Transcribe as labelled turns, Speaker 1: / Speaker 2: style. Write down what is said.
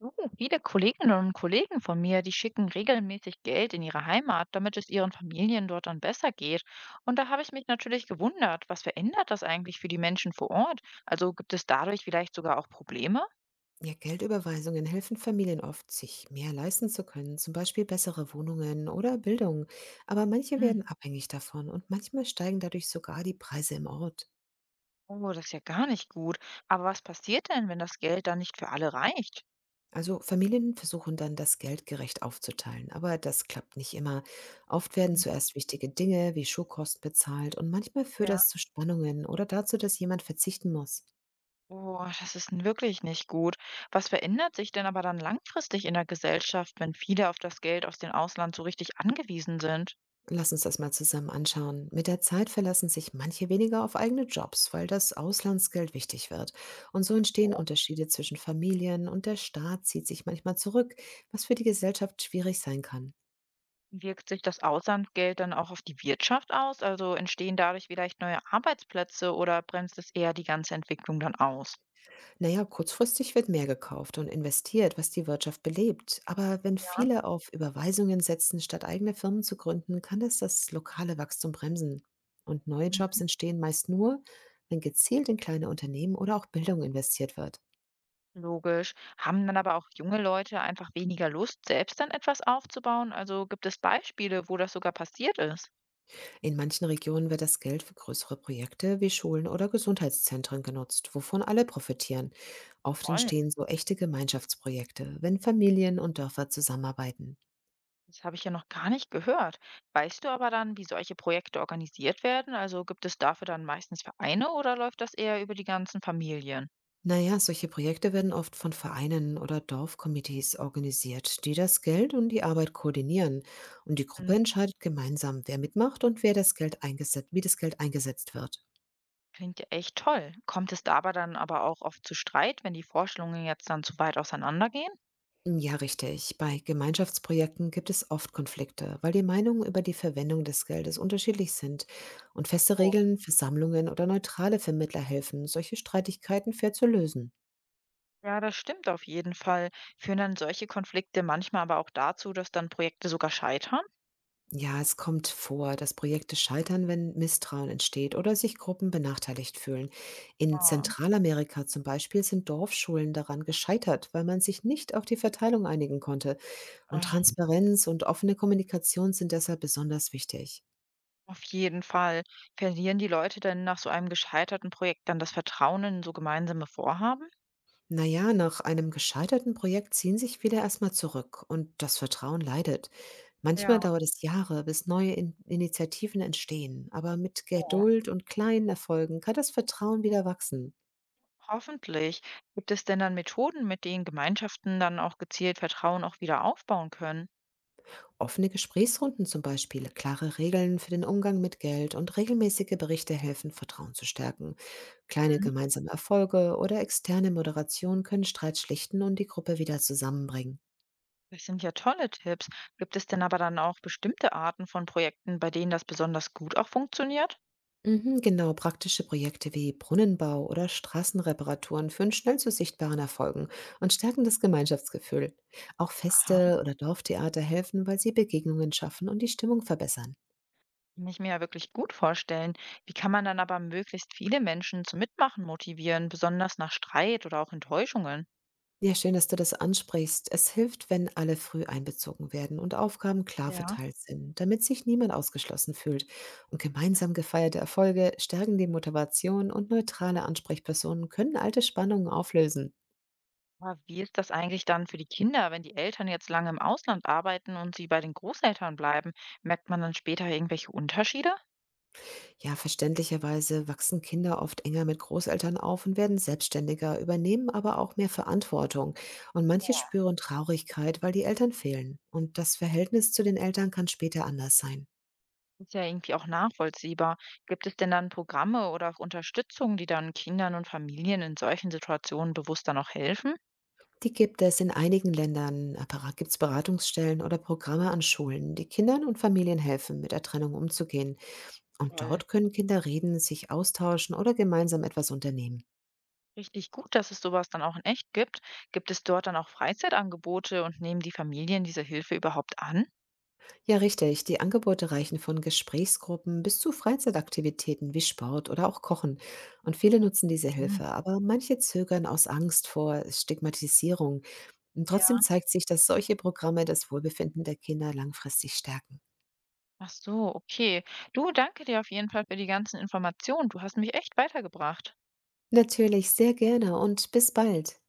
Speaker 1: Oh, viele Kolleginnen und Kollegen von mir, die schicken regelmäßig Geld in ihre Heimat, damit es ihren Familien dort dann besser geht. Und da habe ich mich natürlich gewundert, was verändert das eigentlich für die Menschen vor Ort? Also gibt es dadurch vielleicht sogar auch Probleme?
Speaker 2: Ja, Geldüberweisungen helfen Familien oft, sich mehr leisten zu können, zum Beispiel bessere Wohnungen oder Bildung. Aber manche
Speaker 1: Hm.
Speaker 2: werden abhängig davon und manchmal steigen dadurch sogar die Preise im Ort.
Speaker 1: Oh, das ist ja gar nicht gut. Aber was passiert denn, wenn das Geld dann nicht für alle reicht?
Speaker 2: Also Familien versuchen dann, das Geld gerecht aufzuteilen, aber das klappt nicht immer. Oft werden
Speaker 1: Mhm.
Speaker 2: zuerst wichtige Dinge wie Schulkosten bezahlt und manchmal führt
Speaker 1: Ja.
Speaker 2: das zu Spannungen oder dazu, dass jemand verzichten muss.
Speaker 1: Oh, das ist wirklich nicht gut. Was verändert sich denn aber dann langfristig in der Gesellschaft, wenn viele auf das Geld aus dem Ausland so richtig angewiesen sind?
Speaker 2: Lass uns das mal zusammen anschauen. Mit der Zeit verlassen sich manche weniger auf eigene Jobs, weil das Auslandsgeld wichtig wird. Und so entstehen Unterschiede zwischen Familien und der Staat zieht sich manchmal zurück, was für die Gesellschaft schwierig sein kann.
Speaker 1: Wirkt sich das Auslandsgeld dann auch auf die Wirtschaft aus? Also entstehen dadurch vielleicht neue Arbeitsplätze oder bremst es eher die ganze Entwicklung dann aus?
Speaker 2: Naja, kurzfristig wird mehr gekauft und investiert, was die Wirtschaft belebt. Aber wenn
Speaker 1: Ja.
Speaker 2: viele auf Überweisungen setzen, statt eigene Firmen zu gründen, kann das lokale Wachstum bremsen. Und neue Jobs
Speaker 1: Mhm.
Speaker 2: entstehen meist nur, wenn gezielt in kleine Unternehmen oder auch Bildung investiert wird.
Speaker 1: Logisch. Haben dann aber auch junge Leute einfach weniger Lust, selbst dann etwas aufzubauen? Also gibt es Beispiele, wo das sogar passiert ist?
Speaker 2: In manchen Regionen wird das Geld für größere Projekte wie Schulen oder Gesundheitszentren genutzt, wovon alle profitieren. Oft
Speaker 1: Toll.
Speaker 2: entstehen so echte Gemeinschaftsprojekte, wenn Familien und Dörfer zusammenarbeiten.
Speaker 1: Das habe ich ja noch gar nicht gehört. Weißt du aber dann, wie solche Projekte organisiert werden? Also gibt es dafür dann meistens Vereine oder läuft das eher über die ganzen Familien?
Speaker 2: Naja, solche Projekte werden oft von Vereinen oder Dorfkomitees organisiert, die das Geld und die Arbeit koordinieren. Und die Gruppe entscheidet gemeinsam, wer mitmacht und wer das Geld eingesetzt, wie das Geld eingesetzt wird.
Speaker 1: Klingt ja echt toll. Kommt es dabei dann aber auch oft zu Streit, wenn die Vorstellungen jetzt dann zu weit auseinandergehen?
Speaker 2: Ja, richtig. Bei Gemeinschaftsprojekten gibt es oft Konflikte, weil die Meinungen über die Verwendung des Geldes unterschiedlich sind und feste
Speaker 1: So.
Speaker 2: Regeln für Sammlungen oder neutrale Vermittler helfen, solche Streitigkeiten fair zu lösen.
Speaker 1: Ja, das stimmt auf jeden Fall. Führen dann solche Konflikte manchmal aber auch dazu, dass dann Projekte sogar scheitern?
Speaker 2: Ja, es kommt vor, dass Projekte scheitern, wenn Misstrauen entsteht oder sich Gruppen benachteiligt fühlen. In
Speaker 1: Ah,
Speaker 2: Zentralamerika zum Beispiel sind Dorfschulen daran gescheitert, weil man sich nicht auf die Verteilung einigen konnte. Und
Speaker 1: ah,
Speaker 2: Transparenz und offene Kommunikation sind deshalb besonders wichtig.
Speaker 1: auf jeden Fall. Verlieren die Leute dann nach so einem gescheiterten Projekt dann das Vertrauen in so gemeinsame Vorhaben?
Speaker 2: Na ja, nach einem gescheiterten Projekt ziehen sich viele erstmal zurück und das Vertrauen leidet. Manchmal
Speaker 1: Ja,
Speaker 2: dauert es Jahre, bis neue In Initiativen entstehen, aber mit
Speaker 1: so.
Speaker 2: Geduld und kleinen Erfolgen kann das Vertrauen wieder wachsen.
Speaker 1: Hoffentlich. Gibt es denn dann Methoden, mit denen Gemeinschaften dann auch gezielt Vertrauen auch wieder aufbauen können?
Speaker 2: Offene Gesprächsrunden zum Beispiel, klare Regeln für den Umgang mit Geld und regelmäßige Berichte helfen, Vertrauen zu stärken. Kleine
Speaker 1: Mhm.
Speaker 2: gemeinsame Erfolge oder externe Moderation können Streit schlichten und die Gruppe wieder zusammenbringen.
Speaker 1: Das sind ja tolle Tipps. Gibt es denn aber dann auch bestimmte Arten von Projekten, bei denen das besonders gut auch funktioniert?
Speaker 2: Mhm, genau, praktische Projekte wie Brunnenbau oder Straßenreparaturen führen schnell zu sichtbaren Erfolgen und stärken das Gemeinschaftsgefühl. Auch
Speaker 1: Aha,
Speaker 2: Feste oder Dorftheater helfen, weil sie Begegnungen schaffen und die Stimmung verbessern.
Speaker 1: kann ich mir ja wirklich gut vorstellen. Wie kann man dann aber möglichst viele Menschen zum Mitmachen motivieren, besonders nach Streit oder auch Enttäuschungen?
Speaker 2: Ja, schön, dass du das ansprichst. Es hilft, wenn alle früh einbezogen werden und Aufgaben klar
Speaker 1: Ja.
Speaker 2: verteilt sind, damit sich niemand ausgeschlossen fühlt. Und gemeinsam gefeierte Erfolge stärken die Motivation und neutrale Ansprechpersonen können alte Spannungen auflösen.
Speaker 1: Aber wie ist das eigentlich dann für die Kinder, wenn die Eltern jetzt lange im Ausland arbeiten und sie bei den Großeltern bleiben? Merkt man dann später irgendwelche Unterschiede?
Speaker 2: Ja, verständlicherweise wachsen Kinder oft enger mit Großeltern auf und werden selbstständiger, übernehmen aber auch mehr Verantwortung. Und manche spüren Traurigkeit, weil die Eltern fehlen. Und das Verhältnis zu den Eltern kann später anders sein.
Speaker 1: Ist ja irgendwie auch nachvollziehbar. Gibt es denn dann Programme oder auch Unterstützung, die dann Kindern und Familien in solchen Situationen bewusster noch helfen?
Speaker 2: Die gibt es in einigen Ländern, gibt es Beratungsstellen oder Programme an Schulen, die Kindern und Familien helfen, mit der Trennung umzugehen. Und
Speaker 1: Toll.
Speaker 2: dort können Kinder reden, sich austauschen oder gemeinsam etwas unternehmen.
Speaker 1: Richtig gut, dass es sowas dann auch in echt gibt. Gibt es dort dann auch Freizeitangebote und nehmen die Familien diese Hilfe überhaupt an?
Speaker 2: Ja, richtig. Die Angebote reichen von Gesprächsgruppen bis zu Freizeitaktivitäten wie Sport oder auch Kochen. Und viele nutzen diese
Speaker 1: Hm.
Speaker 2: Hilfe, aber manche zögern aus Angst vor Stigmatisierung. Und trotzdem
Speaker 1: Ja.
Speaker 2: zeigt sich, dass solche Programme das Wohlbefinden der Kinder langfristig stärken.
Speaker 1: Ach so, okay. Du, danke dir auf jeden Fall für die ganzen Informationen. Du hast mich echt weitergebracht.
Speaker 2: Natürlich, sehr gerne und bis bald.